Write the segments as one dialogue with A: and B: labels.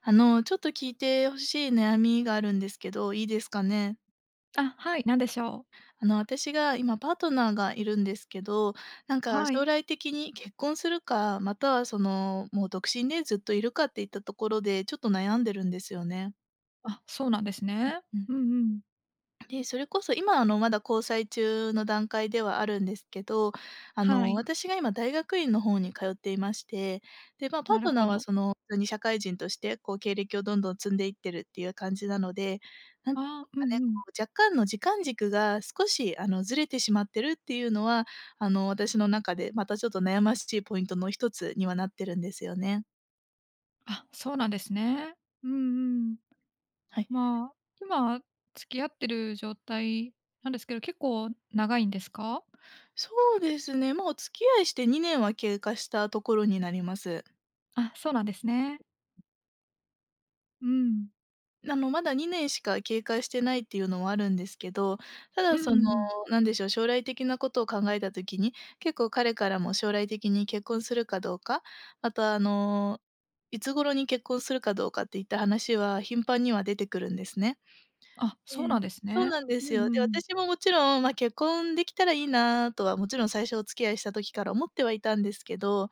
A: ちょっと聞いてほしい悩みがあるんですけど、いいですかね？
B: あ、はい、何でしょう。
A: 私が今パートナーがいるんですけど、なんか
B: は
A: 将
B: い。
A: 来的に結婚するか、またはもう独身でずっといるかっていったところで、ちょっと悩んでるんですよね。
B: あ、そうなんですね。
A: うん。
B: うんうん。
A: で、それこそ今、まだ交際中の段階ではあるんですけど、
B: はい。
A: 私が今大学院の方に通っていまして、で、まあ、パー
B: なる
A: トナ
B: ほ
A: ーは
B: ど。
A: 普通に社会人として、こう経歴をどんどん積んでいってるっていう感じなので、なん
B: あ
A: か
B: あ、う
A: ね、
B: んう
A: こ
B: ん。
A: う若干の時間軸が少し、ずれてしまってるっていうのは、私の中でまたちょっと悩ましいポイントの一つにはなってるんですよね。
B: あ、そうなんですね。うんうん。
A: はい。
B: まあ、今付き合ってる状態なんですけど、結構長いんですか？
A: そうですね、まあ、お付き合いして2年は経過したところになります。
B: あ、そうなんですね。うん。
A: あの、まだ2年しか経過してないっていうのもあるんですけど、た
B: うん
A: だ
B: う
A: そ
B: んう
A: の、
B: ん。
A: なんでしょう、将来的なことを考えた時に、結構彼からも将来的に結婚するかどうか、またあの、いつ頃に結婚するかどうかっていった話は頻繁には出てくるんですね。
B: あ、
A: え
B: そう
A: え。
B: なんです
A: そう
B: ね。
A: なんで
B: う
A: す
B: ん
A: よ。
B: う
A: で、
B: ん。
A: 私ももちろん、ま、結婚できたらいいなとは、もちろん最初お付き合いした時から思ってはいたんですけど、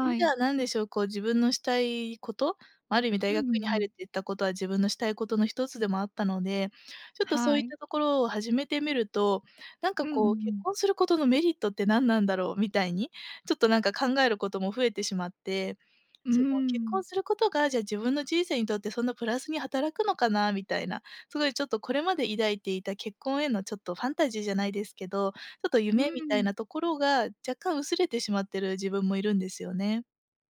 A: い
B: い。
A: ざなんでしょう、こう自分のしたいこと、まある意味
B: う
A: 大
B: んう
A: 学
B: んう
A: 院に入る
B: ん。
A: って言ったことは自分のしたいことの一つでもあったので、ちょっとそう
B: は
A: いっ
B: い。
A: たところを始めてみると、なん
B: う
A: か
B: んうんう
A: こう結
B: ん。
A: 婚することのメリットって何なんだろうみたいに、ちょっとなんか考えることも増えてしまって、
B: うー
A: その結
B: ん。
A: 婚することが、じゃあ自分の人生にとってそんなプラスに働くのかなみたいな、すごいちょっとこれまで抱いていた結婚へのちょっとファンタジーじゃないですけど、ちょっと
B: うー
A: 夢みたい
B: ん。
A: なところが若干薄れてしまってる自分もいるんですよね。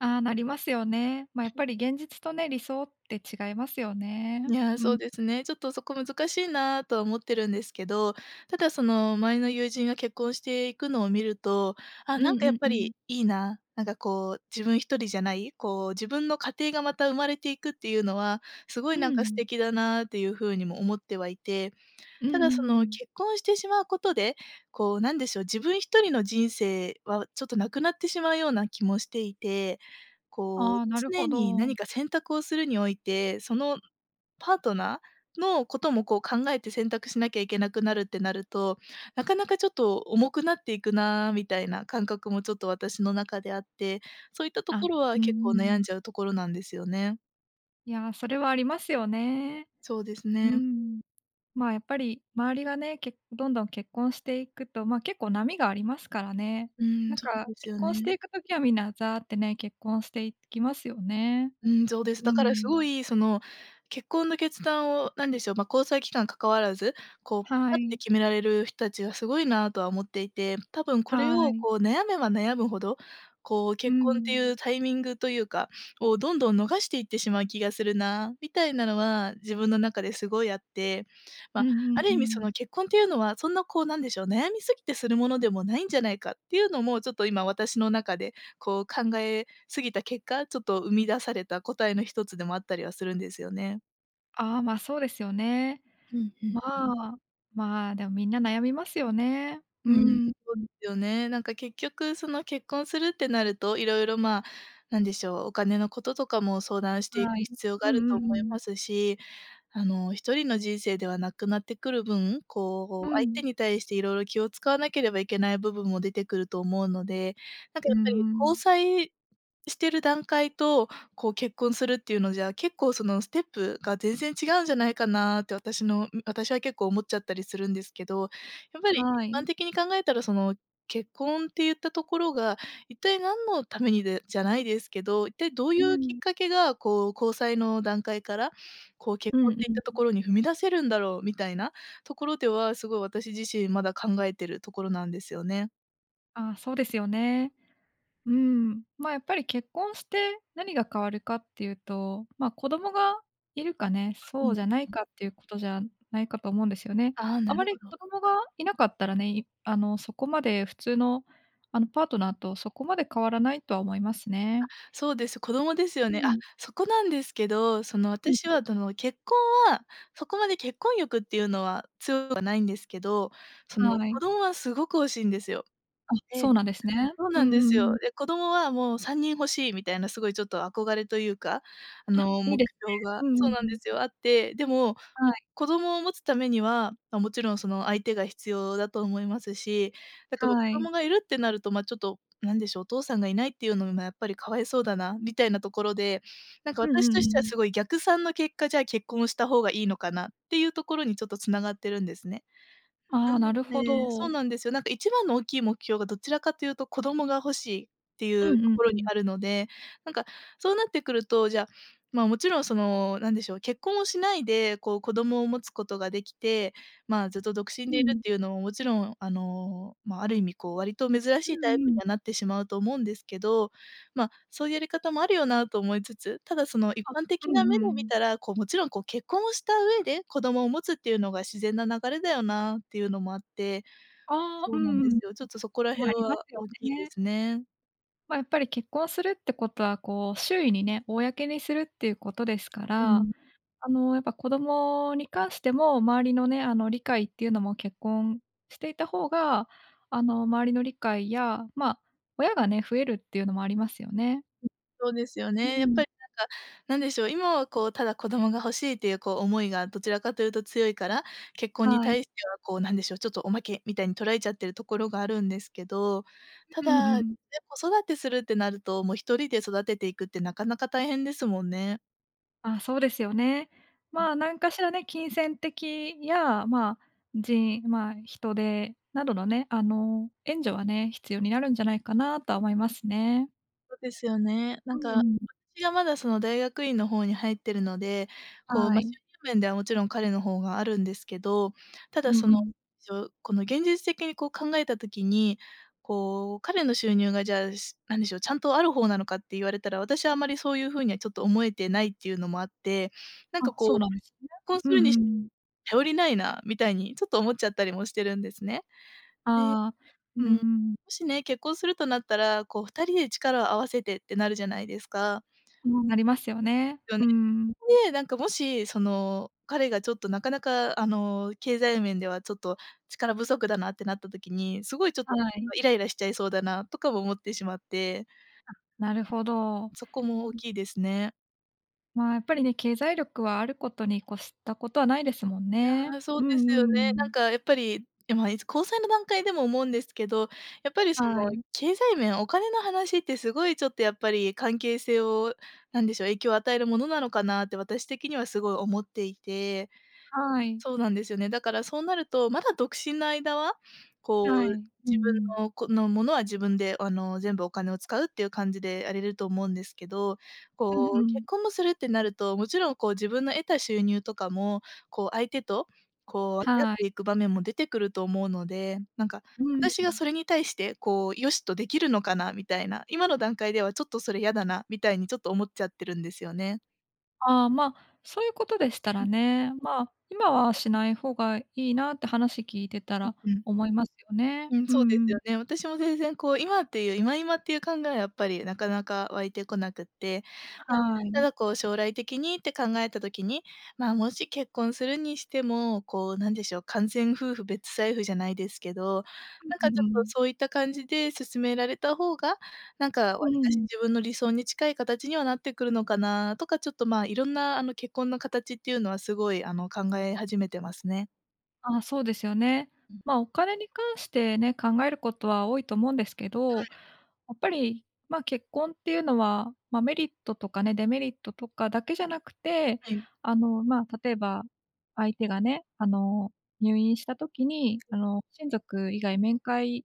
B: ああ、なりますよね。まあ、やっぱり現実とね、理想って違いますよね。
A: いやー、
B: う
A: そ
B: ん。
A: うですね。ちょっとそこ難しいなとは思ってるんですけど、ただその前の友人が結婚していくのを見ると、あ、
B: う
A: なん
B: んう
A: かやっぱ
B: んうん。
A: りいいな、なんかこう自分一人じゃない、こう自分の家庭がまた生まれていくっていうのは、すご
B: う
A: いなんか素
B: ん。
A: 敵だなっていう風にも思ってはいて、
B: うん
A: た
B: うん
A: だそ
B: う
A: の
B: ん。
A: 結婚してしまうことで、こうなんでしょう、自分一人の人生はちょっとなくなってしまうような気もしていて、こ
B: あ
A: う
B: あ、なるほ
A: 常に
B: ど。
A: 何か選択をするにおいて、そのパートナーのこともこう考えて選択しなきゃいけなくなるってなると、なかなかちょっと重くなっていくなみたいな感覚もちょっと私の中であって、そういったと
B: あ、
A: ころは
B: うんう
A: 結構悩ん
B: ん。
A: じゃうところなんですよね。
B: いや、それはありますよね。
A: そうです
B: う
A: ね。
B: ん。やっぱり周りがね、けどんどん結婚していくと、まあ、結構波がありますからね。
A: う
B: な
A: ん、
B: ん
A: そう
B: か
A: です
B: 結
A: よね。
B: 婚していくときはみんなザーってね、結婚していきますよね。
A: うん、そうです。
B: う
A: だからす
B: ん。
A: ごい、その、結婚の決断を、なんでしょう、まあ、交際期間関わらず、こう、
B: は
A: パッて
B: い。
A: 決められる人たちがすごいなとは思っていて、多分
B: は
A: これを、
B: い。
A: こう、悩めば悩むほど、こう、
B: う
A: 結婚って
B: ん。
A: いうタイミングというか、をどんどん逃していってしまう気がするな、みたいなのは自分の中ですごいあって、
B: う
A: まあ、
B: んう
A: あ
B: ん
A: る
B: う
A: 意味そ
B: ん。
A: の結婚っていうのは、そんなこう、なんでしょう、悩みすぎてするものでもないんじゃないかっていうのも、ちょっと今私の中で、こう、考え過ぎた結果、ちょっと生み出された答えの一つでもあったりはするんですよね。
B: ああ、ま、そうですよね。
A: うんう
B: ま
A: ん。
B: あ、まあ、でもみんな悩みますよね。う
A: うん、
B: ん。
A: そうですよね。なんか結局その結婚するってなると、いろいろ、まあ、なんでしょう、お金のこととかも相談していく
B: はい。
A: 必要が
B: う
A: あ
B: ん
A: ると
B: うん
A: 思い
B: うん。
A: ますし、あの、一人の人生ではなくなってくる分、こ
B: う
A: う、相手
B: ん。
A: に対していろいろ気を使わなければいけない部分も出てくると思うので、なんか
B: う
A: や
B: ん
A: っぱり
B: う
A: 交
B: ん。
A: 際してる段階と、こう結婚するっていうのじゃ、結構そのステップが全然違うんじゃないかなって私は結構思っちゃったりするんですけど、やっぱり一
B: はい。
A: 般的に考えたらその結婚って言ったところが、一体何のためにでじゃないですけど、一体どうい
B: う
A: うきっ
B: ん。
A: かけがこう交際の段階から、こう結
B: うん
A: 婚
B: う
A: っていったと
B: ん。
A: ころに踏み出せるんだろうみたいなところでは、すごい私自身まだ考えてるところなんですよね。
B: ああ、そうですよね。うん。ま、やっぱり結婚して何が変わるかっていうと、ま、子供がいるかね、
A: う
B: そ
A: ん。
B: うじゃないかっていうことじゃないかと思うんですよね。
A: ああ、な
B: あま
A: るほ
B: り
A: ど。
B: 子供がいなかったらね、いあの、そこまで普通の、パートナーとそこまで変わらないとは思いますね。
A: そうです、子供ですよ
B: う
A: ね。あ、
B: ん。
A: そこなんですけど、その、
B: うん、
A: 私は、その、結婚は、そこまで結婚欲っていうのは強くはないんですけど、その、
B: は
A: 子
B: い。
A: 供はすごく欲しいんですよ。
B: あ、
A: で、
B: そうなんですね。
A: そう
B: うん
A: なんで
B: う
A: す
B: んう
A: よ。
B: ん。
A: で、子供はもう3人欲しいみたいなすごいちょっと憧れというか、あ
B: あ、
A: の、
B: いい
A: 目
B: です
A: 標が
B: ね。うんう
A: そう
B: ん
A: なん
B: う
A: で
B: ん。
A: すよ、あって、でも、も、
B: はい
A: 子供を持つためには、ま、もちろんその相手が必要だと思いますし、あとは
B: は
A: 子
B: い。
A: 供がいるってなると、ま、ちょっと、なんでしょう、お父さんがいないっていうのもやっぱりかわいそうだなみたいなところで、なんか
B: うんう
A: 私
B: んう
A: としては
B: ん。
A: すごい逆算の結果、じゃあ結婚した方がいいのかなっていうところにちょっと繋がってるんですね。な
B: ああ、な
A: の
B: るほ
A: で、そ
B: ど。
A: うなんですよ。なんか一番の大きい目標がどちらかというと子供が欲しいって
B: う
A: い
B: ん
A: うと
B: うん
A: ころ
B: う
A: に
B: ん。
A: あるので、なんかそうなってくると、じゃあ、まあ、もちろんその、なんでしょう、結婚をしないでこう子供を持つことができて、まあ、ずっと独身
B: う
A: でいる
B: ん。
A: っていうのももちろんあの、まあ、ある意味こう割と珍
B: う
A: しいタイ
B: ん
A: プ
B: う
A: には
B: ん。
A: なってしまうと思うんですけど、まあ、そういうやり方もあるよなと思いつつ、ただその一
B: あ、
A: 般
B: う
A: 的な
B: ん
A: 目
B: う
A: で見
B: ん。
A: たら、こうもちろんこう結婚をした上で、子供を持つっていうのが自然な流れだよなっていうのもあって、
B: ああ、
A: そ
B: う
A: うなん
B: んう
A: です
B: ん。
A: よ。ちょっとそこら
B: ま、
A: 辺
B: ありま
A: は
B: すよ
A: 大きいで
B: ね。
A: すね。
B: ま、やっぱり結婚するってことは、こう、周囲にね、公にするっていうことですか
A: う
B: ら
A: ん。
B: やっぱ子供に関しても、周りのね、理解っていうのも結婚していた方が、周りの理解や、まあ、親がね、増えるっていうのもありますよね。
A: そうですよ
B: う
A: ね。やっぱ
B: ん。
A: りなんか、なんでしょう、今はこう、ただ子供が欲しいっていうこう、思いがどちらかというと強いから、結婚に
B: はい。
A: 対してはこう、なんでしょう、ちょっとおまけみたいに捉えちゃってるところがあるんですけど、た
B: うんう
A: だ、ね、
B: ん
A: 子育てするってなると、もう1人で育てていくってなかなか大変ですもんね。
B: あ、そうですよね。まあ、何かしらね、金銭的や、まあ、人手などのね、援助はね、必要になるんじゃないかなとは思いますね。
A: そうですよね。な
B: う
A: ん
B: んう
A: か、
B: ん。
A: 私がまだその大学院の方に入ってるので、こう、
B: は
A: ま、収
B: い。
A: 入面ではもちろん彼の方があるんですけど、た
B: う
A: だ
B: ん
A: その、
B: うん。
A: この現実的にこう考えた時に、こう、彼の収入がじゃあ、なんでしょう、ちゃんとある方なのかって言われたら、私はあまりそういう風にはちょっと思えてないっていうのもあって、なんか
B: あ、
A: こ
B: そう
A: う、
B: なんで
A: 結
B: すね。
A: 婚
B: う
A: するに
B: んう
A: し
B: ん。
A: 頼りないなみたいにちょっと思っちゃったりもしてるんですね。で、
B: ああ、
A: う
B: う
A: ん、も
B: んうん。
A: しね、結婚するとなったら、こう2人で力を合わせてってなるじゃないですか。
B: うん、なりますよね。
A: よね。
B: うん。
A: で、なんかもし、その、彼がちょっとなかなか、あの、経済面ではちょっと力不足だなってなった時に、すごいちょっと
B: はい。
A: イライラしちゃいそうだなとかも思ってしまって、
B: なるほど。
A: そこも大きいですね。
B: まあ、やっぱりね、経済力はあることに越したことはないですもん
A: い
B: ね。
A: や、そう
B: うん
A: ですよね。な
B: う
A: ん
B: ん。
A: かやっぱり、まあ、いつ交際の段階でも思うんですけど、やっぱりそ
B: は
A: の
B: い。
A: 経済面、お金の話ってすごいちょっとやっぱり関係性を、なんでしょう、影響を与えるものなのかなって私的にはすごい思っていて。
B: はい。
A: そうなんですよね。だからそうなると、まだ独身の間は、こ
B: は
A: う、
B: い。うんう
A: 自
B: ん。
A: 分のこのものは自分で、あの、全部お金を使うっていう感じでやれると思うんですけど、
B: うん
A: こう、
B: う
A: 結
B: ん。
A: 婚もするってなると、もちろんこう自分の得た収入とかも、こう相手と、こう分け合っ
B: は
A: て
B: い。
A: いく場面も出てくると思うので、なんか
B: うん。
A: 私がそれに対して、こう、よしとできるのかなみたいな、今の段階ではちょっとそれ嫌だなみたいにちょっと思っちゃってるんですよね。
B: ああ、まあ、そういうことでした
A: う
B: ら
A: ん
B: ね、まあ、今はしない方がいいなって話聞いてた
A: うん
B: ら
A: うん。
B: 思いますよね。
A: うん、
B: う
A: そうです
B: んうん。
A: よね。私も全然こう、今っていう今っていう考えはやっぱりなかなか湧いてこなくって、ま、
B: はい。
A: た
B: う
A: だこう将来的にって考えた時に、まあ、もし結婚するにしても、こうなんでしょう、完全夫婦別財布じゃないですけど、
B: ん
A: なんか
B: う
A: ちょっと
B: ん。
A: そういった感じで進められた方が、なんかわ
B: う
A: りかし
B: ん。
A: 自分の理想に近い形にはなってくるのかなとか、ちょっとまあ、いろんなあの結婚の形っていうのはすごいあの考え始めてますね。
B: あ、そうですよね。
A: うん、
B: まあ、お金に関してね、考えることは多いと思うんですけど、やっぱり、まあ、結婚っていうのは、まあ、メリットとかね、デメリットとかだけじゃなくて、
A: はい。
B: まあ、例えば、相手がね、入院した時に、親族以外面会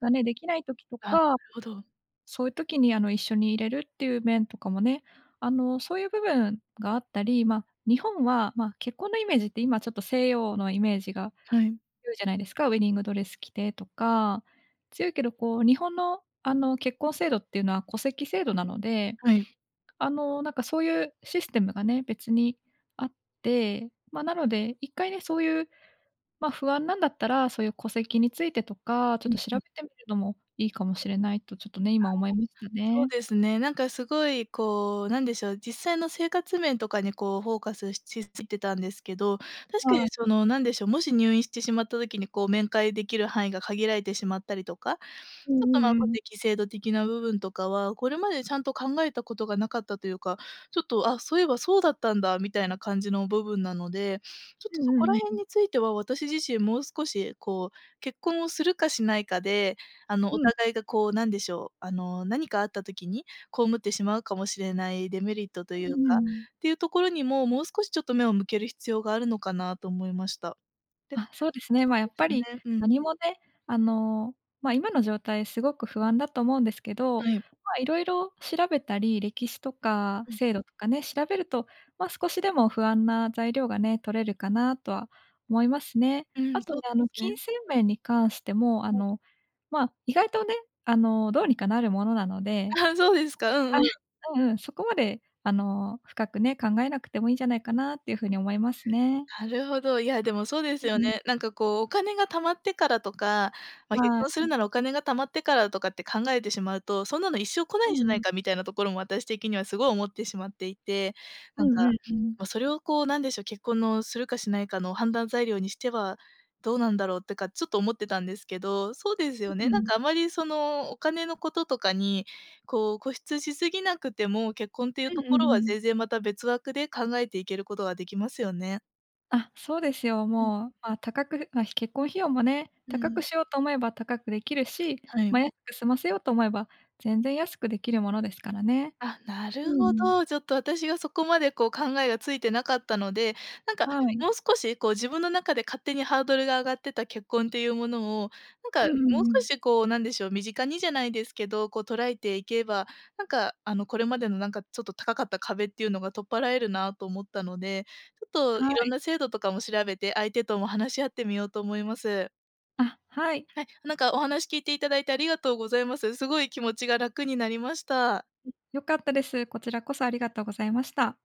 B: がね、できない時と
A: あ、なる
B: か、
A: ほど。
B: そういう時に、一緒にいれるっていう面とかもね、そういう部分があったり、まあ、日本は、まあ、結婚のイメージって今ちょっと西洋のイメージが
A: はい。
B: 言うじゃないですか、ウェディングドレス着てとか。強いけど、こう、日本の、結婚制度っていうのは戸籍制度なので、
A: はい。
B: なんか、そういうシステムがね、別にあって、ま、なので、一回ね、そういう、ま、不安なんだったら、そういう戸籍についてとか、ちょっ
A: う
B: と調
A: ん、
B: べてみるのもいいかもしれないと、ちょっとね、今思いました
A: そう
B: ね。
A: ですね。なんかすごいこう、なんでしょう、実際の生活面とかにこうフォーカスしすぎてたんですけど、確か
B: は
A: に
B: い。
A: その、なんでしょう、もし入院してしまった時にこう面会できる範囲が限られてしまったりとか、ち
B: う
A: ょっ
B: んう
A: と、ま
B: ん
A: あ、
B: う
A: こう、
B: ん。
A: 適制度的な部分とかは、これまでちゃんと考えたことがなかったというか、ちょっと、あ、そういえばそうだったんだみたいな感じの部分なので、ちょっと
B: う
A: そ
B: ん
A: こら
B: う
A: 辺
B: ん
A: については私自身もう少し、こう、結婚をするかしないかで、あの、
B: う
A: お
B: ん。うん、
A: 互いが、こう、なんでしょう、あの、何かあった時に被ってしまうかもしれないデメリットとい
B: う
A: うか、
B: んうん。
A: っていうところにも、もう少しちょっと目を向ける必要があるのかなと思いました。で、
B: あ、そうですね。
A: そ
B: ま
A: う
B: あ、や
A: で
B: っ
A: す
B: ぱり
A: ね、うん、
B: 何もね、あの、まあ、今の状態すごく不安だと思うんですけど、ま
A: はい。
B: あ、いろいろ調べたり、歴史とか
A: うん、
B: 制度とかね、調べると、まあ、少しでも不安な材料がね、取れるかなとは思いますね。
A: う
B: あ
A: ん、
B: と
A: そ
B: ね、
A: うです
B: 金
A: ね。
B: 銭面に関しても、まあ、意外とね、どうにかなるものなので、
A: あ、そうですか。う
B: あ、
A: ん、
B: うんうん、そこまで、深くね、考えなくてもいいんじゃないかなっていうふうに思いますね。
A: なるほど。いや、でもそうです
B: う
A: よ
B: ん、
A: ね。なんかこう、お金が貯まってからとか、まあ、結
B: は
A: 婚す
B: い。
A: るならお金が貯まってからとかって考えてしまうと、そんなの一生来な
B: う
A: いんじゃない
B: ん。
A: かみたいなところも私的にはすごい思ってしまっていて、
B: う
A: なん
B: ん
A: か、
B: うんうん。
A: まあ、それをこう、なんでしょう、結婚のするかしないかの判断材料にしてはどうなんだろうってか、ちょっと思ってたんですけど、そうですよ
B: う
A: ね。なん
B: ん。
A: かあまりその、お金のこととかに、こう固執しすぎなくても、結婚ってい
B: う
A: う
B: ん
A: と
B: う
A: こ
B: ん
A: ろ
B: う
A: は
B: ん。
A: 全然また別枠で考えていけることができますよね。
B: あ、そうですよ。もう、まあ、結婚費用もね、
A: う
B: 高く
A: ん、
B: しようと思えば高くできるし、
A: は
B: まあ、
A: い。
B: 安く済ませようと思えば、全然安くできるものですからね。
A: あ、なる
B: う
A: ほ
B: ん。
A: ど。ちょっと私がそこまでこう考えがついてなかったので、なんか
B: はい。
A: もう少しこう自分の中で勝手にハードルが上がってた結婚っていうものを、なん
B: うん
A: か
B: う
A: もう
B: んう
A: 少
B: ん。
A: しこうなんでしょう、身近にじゃないですけど、こう捉えていけば、なんかあのこれまでのなんかちょっと高かった壁っていうのが取っ払えるなと思ったので、ちょっとい
B: は
A: ろん
B: い。
A: な制度とかも調べて、相手とも話し合ってみようと思います。
B: あ、はい。
A: はい、なんかお話聞いていただいてありがとうございます。すごい気持ちが楽になりました。
B: 良かったです。こちらこそありがとうございました。